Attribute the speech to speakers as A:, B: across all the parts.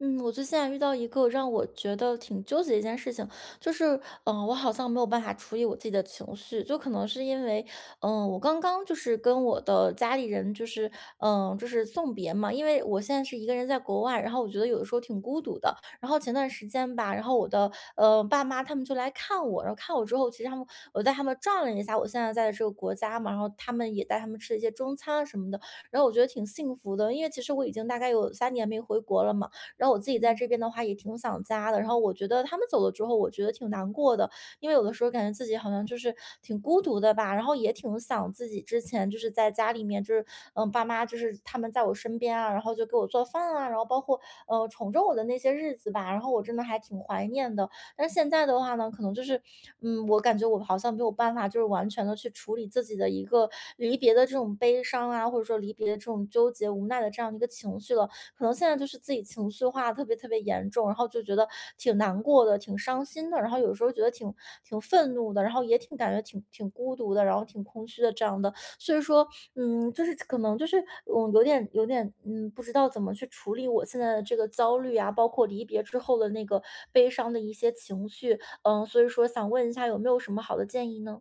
A: 嗯，我最近啊遇到一个让我觉得挺纠结的一件事情，就是，我好像没有办法处理我自己的情绪，就可能是因为，我刚刚就是跟我的家里人，就是，就是送别嘛，因为我现在是一个人在国外，然后我觉得有的时候挺孤独的。然后前段时间吧，然后我的，爸妈他们就来看我，然后看我之后，其实他们我带他们转了一下我现在在的这个国家嘛，然后他们也带他们吃了一些中餐啊什么的，然后我觉得挺幸福的，因为其实我已经大概有3年没回国了嘛。然后我自己在
B: 嗯
A: 这边的话也挺想家的。然后我觉得他们走了之后，我觉得挺难过的，因为有的时候感觉自己好像就是挺孤独的吧，然后也挺想自己之前就是在家里面就是爸妈就是他们在我身边啊，然后就给我做饭啊，然后包括宠着我的那些日子吧，然后我真的还挺怀念的。但现在的话呢，可能就是，我感觉我好像没有办法，就是完全的去处理自己的一个离别的这种悲伤啊，或者说离别的这种纠结、无奈的这样的一个情绪了。可能现在就是自己情绪化特别特别严重，然后就觉得挺难过的、挺伤心的，然后有时候觉得挺愤怒的，然后也挺感觉挺孤独的，然后挺空虚的这样的。所以说，就是可能就是我有点，不知道怎么去处理我现在的这个焦虑啊，包括离别之后的那个悲伤的一些情绪，所以说想问一下有没有什么好的建议呢？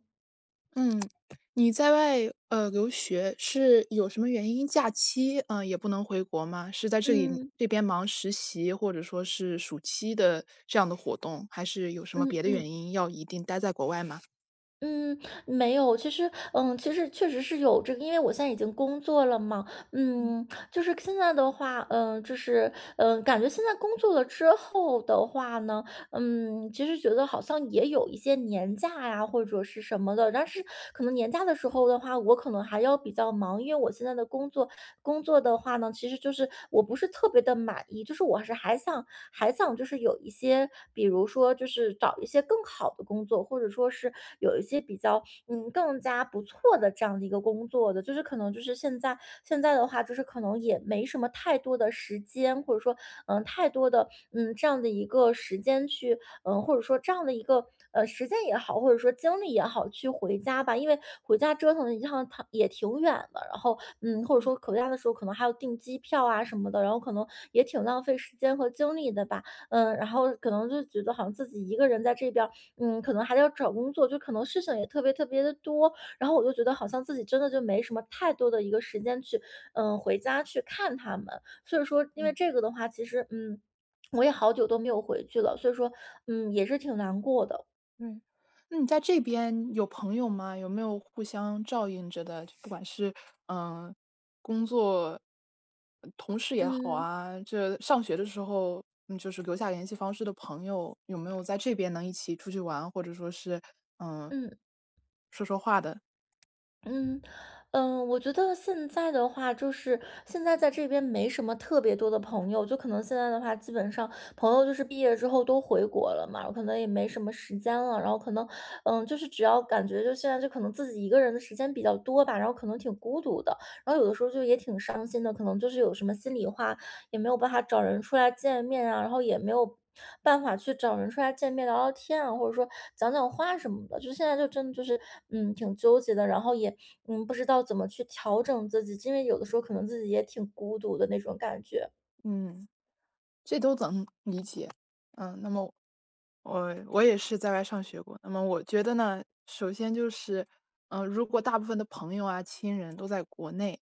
B: 嗯，你在外留学是有什么原因？假期也不能回国吗？是在这里
A: 嗯
B: 这边忙实习，或者说是暑期的这样的活动，还是有什么
A: 嗯
B: 别的
A: 嗯。
B: 原因要一定待在国外吗？
A: 嗯，没有，其实，其实确实是有这个，因为我现在已经工作了嘛，
B: 嗯
A: 就是现在的话，就是，感觉现在工作了之后的话呢，其实觉得好像也有一些年假呀，或者是什么的，但是可能年假的时候的话，我可能还要比较忙，因为我现在的工作的话呢，其实就是我不是特别的满意，就是我是还想就是有一些，比如说就是找一些更好的工作，或者说是有一些比较更加不错的这样的一个工作的，就是可能就是现在的话，就是可能也没什么太多的时间，或者说太多的这样的一个时间去或者说这样的一个时间也好，或者说精力也好去回家吧，因为回家折腾一趟它也挺远的，然后或者说回家的时候可能还要订机票啊什么的，然后可能也挺浪费时间和精力的吧。然后可能就觉得好像自己一个人在这边儿，可能还要找工作，就可能事情也特别特别的多，然后我就觉得好像自己真的就没什么太多的一个时间去，回家去看他们。所以说，因为
B: 嗯。
A: 这个的话，其实我也好久都没有回去了，所以说，也是挺难过的。
B: 对，那你在这边有朋友吗？有没有互相照应着的？就不管是，嗯，呃工作、同事也好
A: 嗯
B: 啊，这上学的时候，嗯，就是留下联系方式的朋友，有没有在这边能一起出去玩，或者说是，嗯，
A: 嗯。
B: 说说话的？
A: 嗯，嗯，我觉得现在的话，就是现在在这边没什么特别多的朋友，就可能现在的话，基本上朋友就是毕业之后都回国了嘛，可能也没什么时间了，然后可能，就是只要感觉就现在就可能自己一个人的时间比较多吧，然后可能挺孤独的，然后有的时候就也挺伤心的，可能就是有什么心里话也没有办法找人出来见面啊，然后也没有办法去找人出来见面聊聊天啊，或者说讲讲话什么的。就现在就真的就是，挺纠结的，然后也，不知道怎么去调整自己，因为有的时候可能自己也挺孤独的那种感觉。
B: 嗯，这都能嗯，那么我也是在外上学过。那么我觉得呢，首先就是，嗯，如果大部分的朋友啊、亲人都在国内，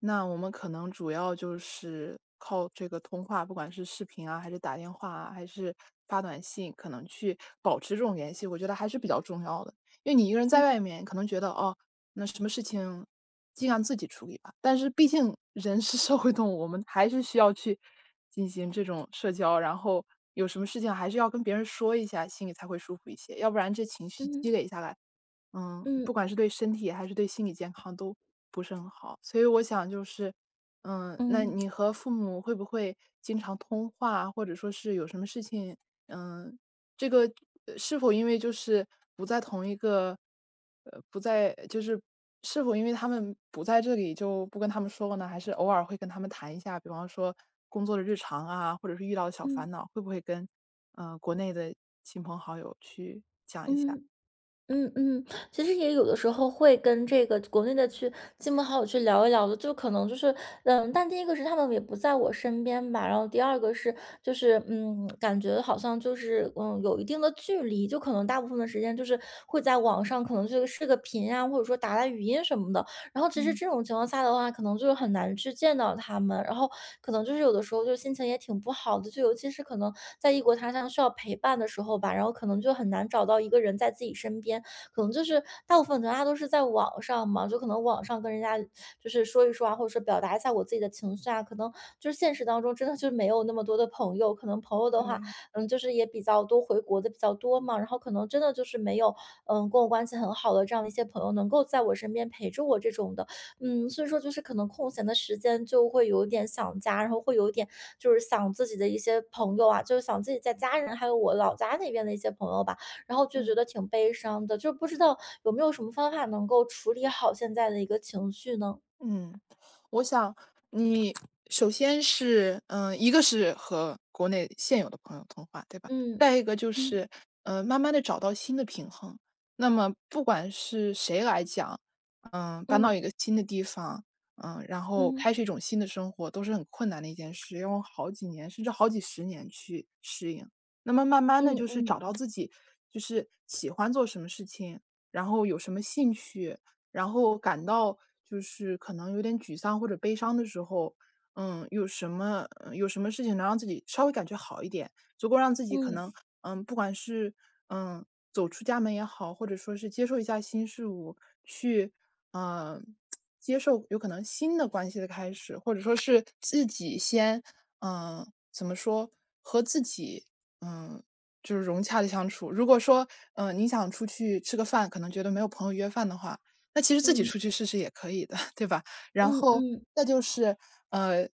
B: 那我们可能主要就是靠这个通话，不管是视频啊，还是打电话啊，还是发短信，可能去保持这种联系，我觉得还是比较重要的。因为你一个人在外面，可能觉得哦，那什么事情尽量自己处理吧。但是毕竟人是 社会动物，我们还是需要去进行这种社交，然后有什么事情还是要跟别人说一下，心里才会舒服一些。要不然这情绪积
A: 嗯
B: 累下来，嗯，
A: 嗯
B: 不管是对身体还是对心理健康都不是很好。所以我想就是，嗯，那
A: 嗯
B: 你和父母会不会经常通话，或者说是有什么事情，嗯，这个是否因为就是不在同一个，呃，不在就是是否因为他们不在这里就不跟他们说了呢？还是偶尔会跟他们谈一下，比方说工作的日常啊，或者是遇到的小
A: 嗯
B: 烦恼，会不会跟国内的亲朋好友去。
A: 嗯。嗯嗯，其实也有的时候会跟这个国内的去亲朋好友去聊一聊的，就可能就是，但第一个是他们也不在我身边吧，然后第二个是就是，感觉好像就是，有一定的距离，就可能大部分的时间就是会在网上，可能就是视个频啊，或者说打打语音什么的。然后其实这种情况下的话，可能就是很难去见到他们，然后可能就是有的时候就心情也挺不好的，就尤其是可能在异国他乡需要陪伴的时候吧，然后可能就很难找到一个人在自己身边。可能就是大部分大家都是在网上嘛，就可能网上跟人家就是说一说啊，或者说表达一下我自己的情绪啊，可能就是现实当中真的就没有那么多的朋友，可能朋友的话，
B: 对，
A: 就是也比较多回国的比较多嘛，然后可能真的就是没有，跟我关系很好的这样的一些朋友能够在我身边陪着我这种的，所以说就是可能空闲的时间就会有点想家，然后会有点就是想自己的一些朋友啊，就是想自己在家人还有我老家那边的一些朋友吧。然后就觉
B: 嗯。
A: 得挺悲伤的，就不知道有没有什么方法能够处理好现在的一个情绪呢？
B: 嗯，我想你首先是，嗯，一个是和国内现有的朋友通话，对吧？
A: 嗯，
B: 再一个就
A: 嗯
B: 是，慢慢的找到新的平衡。那么不管是谁来讲，嗯，搬
A: 嗯，
B: 到一个新的地方，嗯，然后
A: 嗯
B: 开始一种新的生活都是很困难的一件事，要用好几年甚至好几十年去适应。那么慢慢的
A: 嗯，
B: 就是找
A: 嗯
B: 到自己，就是喜欢做什么事情，然后有什么兴趣，然后感到就是可能有点沮丧或者悲伤的时候，嗯，有什么有什么事情能让自己稍微感觉好一点，足够让自己可
A: 嗯，
B: 能，嗯，不管是嗯走出家门也好，或者说是接受一下新事物，去嗯接受有可能新的关系的开始，或者说是自己先嗯、呃怎么说和自己嗯。就是融洽的相处。如果说，你想出去吃个饭，可能觉得没有朋友约饭的话，那其实自己
A: 嗯
B: 出去试试也可以的，对吧？然
A: 嗯，
B: 后
A: 嗯
B: 再就是，呃，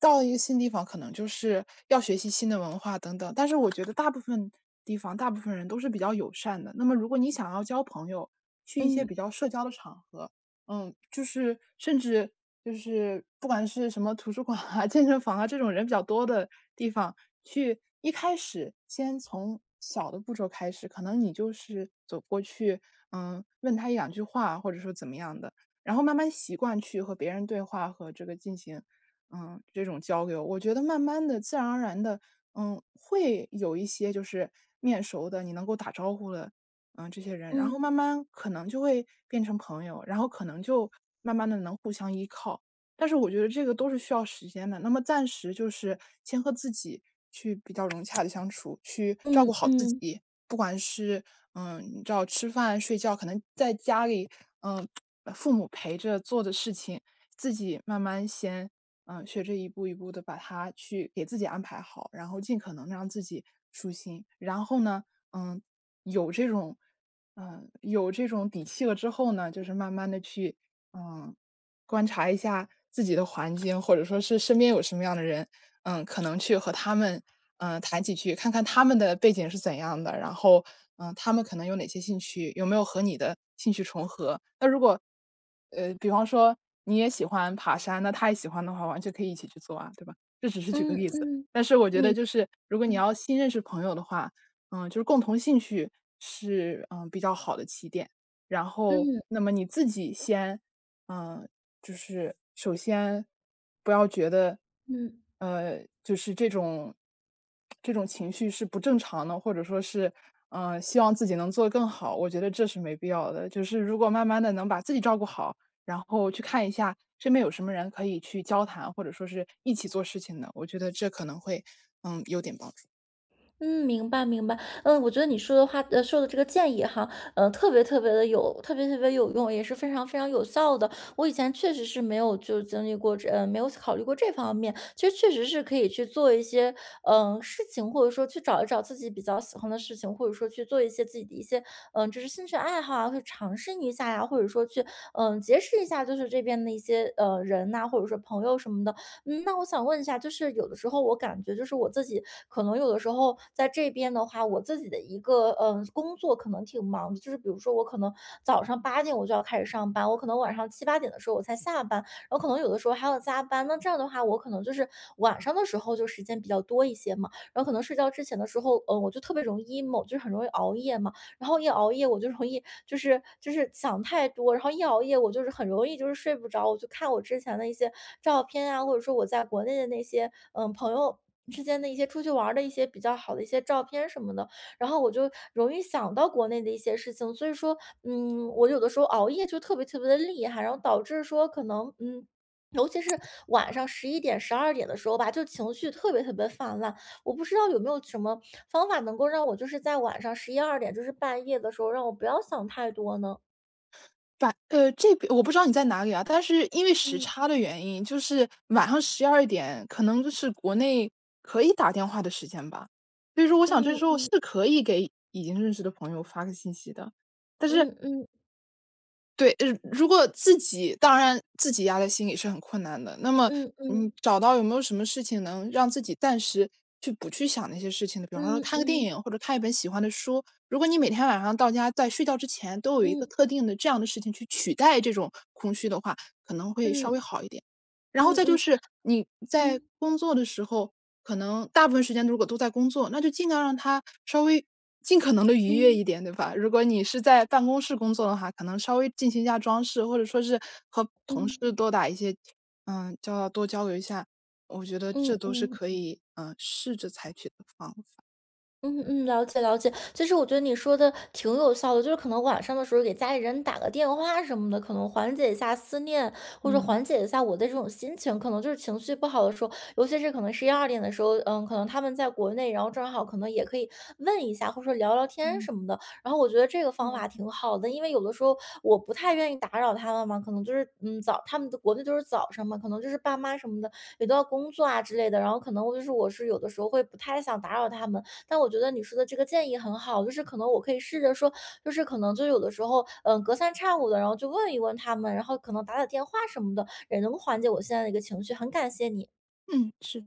B: 到了一个新地方，可能就是要学习新的文化等等。但是我觉得大部分地方，大部分人都是比较友善的。那么如果你想要交朋友，去一些
A: 嗯，
B: 比较社交的场合，嗯，就是甚至就是不管是什么图书馆啊、健身房啊这种人比较多的地方去，一开始先从小的步骤开始，可能你就是走过去，嗯，问他一两句话，或者说怎么样的，然后慢慢习惯去和别人对话和这个进行，嗯，这种交流。我觉得慢慢的、自然而然的，嗯，会有一些就是面熟的，你能够打招呼的，嗯，这些人，然
A: 嗯
B: 后慢慢可能就会变成朋友，然后可能就慢慢的能互相依靠。但是我觉得这个都是需要时间的，那么暂时就是先和自己去比较融洽的相处，去照
A: 嗯，
B: 顾好自
A: 嗯
B: 己。不管是，嗯，你知道吃饭、睡觉，可能在家里，嗯，父母陪着做的事情，自己慢慢先，嗯，学着一步一步的把它去给自己安排好，然后尽可能让自己舒心。然后呢，嗯，有这种有这种底气了之后呢，就是慢慢的去，嗯观察一下自己的环境，或者说是身边有什么样的人，嗯，可能去和他们，谈几句，看看他们的背景是怎样的，然后，他们可能有哪些兴趣，有没有和你的兴趣重合。那如果，呃，比方说你也喜欢爬山，那他也喜欢的话，完全可以一起去做啊，对吧？这只是举
A: 嗯，
B: 个例子，
A: 嗯
B: 但是我觉得
A: 明
B: 就是如果你
A: 嗯
B: 要新认识朋友的话，嗯，就是共同兴趣是，嗯，比较好的起点。然后，
A: 嗯
B: 那么你自己先嗯，就是首先不要觉得，
A: 嗯。
B: 就是这种情绪是不正常的，或者说是，嗯，希望自己能做得更好，我觉得这是没必要的。就是如果慢慢的能把自己照顾好，然后去看一下身边有什么人可以去交谈，或者说是一起做事情的，我觉得这可能会，嗯，有点帮助。
A: 嗯，明白明白。我觉得你说的话，说的这个建议哈，特别特别有用，也是非常非常有效的。我以前确实是没有就经历过这，呃，没有考虑过这方面。其实确实是可以去做一些，事情，或者说去找一找自己比较喜欢的事情，或者说去做一些自己的一些，就是兴趣爱好啊，去尝试一下呀、或者说去，结识一下就是这边的一些人呐、或者说朋友什么的。那我想问一下，就是有的时候我感觉就是我自己可能有的时候在这边的话，我自己的一个工作可能挺忙的，就是比如说我可能早上八点我就要开始上班，我可能晚上七八点的时候我才下班，然后可能有的时候还要加班。那这样的话，我可能就是晚上的时候就时间比较多一些嘛，然后可能睡觉之前的时候，我就特别容易 emo，就是很容易熬夜嘛。然后一熬夜我就容易就是想太多，然后一熬夜我就是很容易就是睡不着。我就看我之前的一些照片啊，或者说我在国内的那些朋友。之间的一些出去玩儿的一些比较好的一些照片什么的，然后我就容易想到国内的一些事情，所以说，我有的时候熬夜就特别特别的厉害，然后导致说可能，尤其是晚上11点、12点的时候吧，就情绪特别特别泛滥，我不知道有没有什么方法能够让我就是在晚上十一二点，就是半夜的时候，让我不要想太多呢？
B: 这边我不知道你在哪里啊，但是因为时
A: 嗯，
B: 差的原因，就是晚上十二点可能就是国内可以打电话的时间吧。所以说我想这
A: 嗯
B: 时候是
A: 嗯，
B: 可以给已经认识的朋友发个信息的，但是
A: 嗯嗯，
B: 对，如果自己当然自己压在心里是很困难的，那么
A: 嗯嗯，
B: 你找到有没有什么事情能让自己暂时去不去想那些事情的？比方
A: 嗯
B: 说看个电
A: 嗯，
B: 影或者看一本喜欢的书，如果你每天晚上到家在睡觉之前都有一个
A: 嗯
B: 特定的这样的事情去取代这种空虚的话，可能会稍
A: 嗯，
B: 微好一点。然后
A: 嗯
B: 再就
A: 嗯，
B: 是你在
A: 嗯
B: 工作的时候，可能大部分时间如果都在工作，那就尽量让他稍微尽可能的愉悦
A: 嗯，
B: 一点，对吧？如果你是在办公室工作的话，可能稍微进行一下装饰，或者说是和同
A: 嗯
B: 事多打一些交道，多交流一下，我觉得
A: 嗯
B: 这
A: 嗯
B: 都是
A: 嗯。
B: 可以，嗯，试着采取的方法，
A: 嗯嗯，了解了解。其实我觉得你说的挺有效的，就是可能晚上的时候给家里人打个电话什么的，可能缓解一下思念，或者缓
B: 嗯。
A: 解一下我的这种心情。可能就是情绪不好的时候，尤其是可能十一二点的时候，可能他们在国内，然后正好可能也可以问一下，或者说聊聊天
B: 嗯，
A: 什么的。然后我觉得这个方法
B: 嗯。
A: 挺好的，因为有的时候我不太愿意打扰他们嘛，可能就是他们的国内都是早上嘛，可能就是爸妈什么的也都要工作啊之类的，然后可能就是我是有的时候会不太想打扰他们。但我觉得你说的这个建议很好，就是可能我可以试着说，就是可能就有的时候，隔三差五的，然后就问一问他们，然后可能打打电话什么的，也能够缓解我现在的一个情绪。很感谢你。
B: 嗯。是。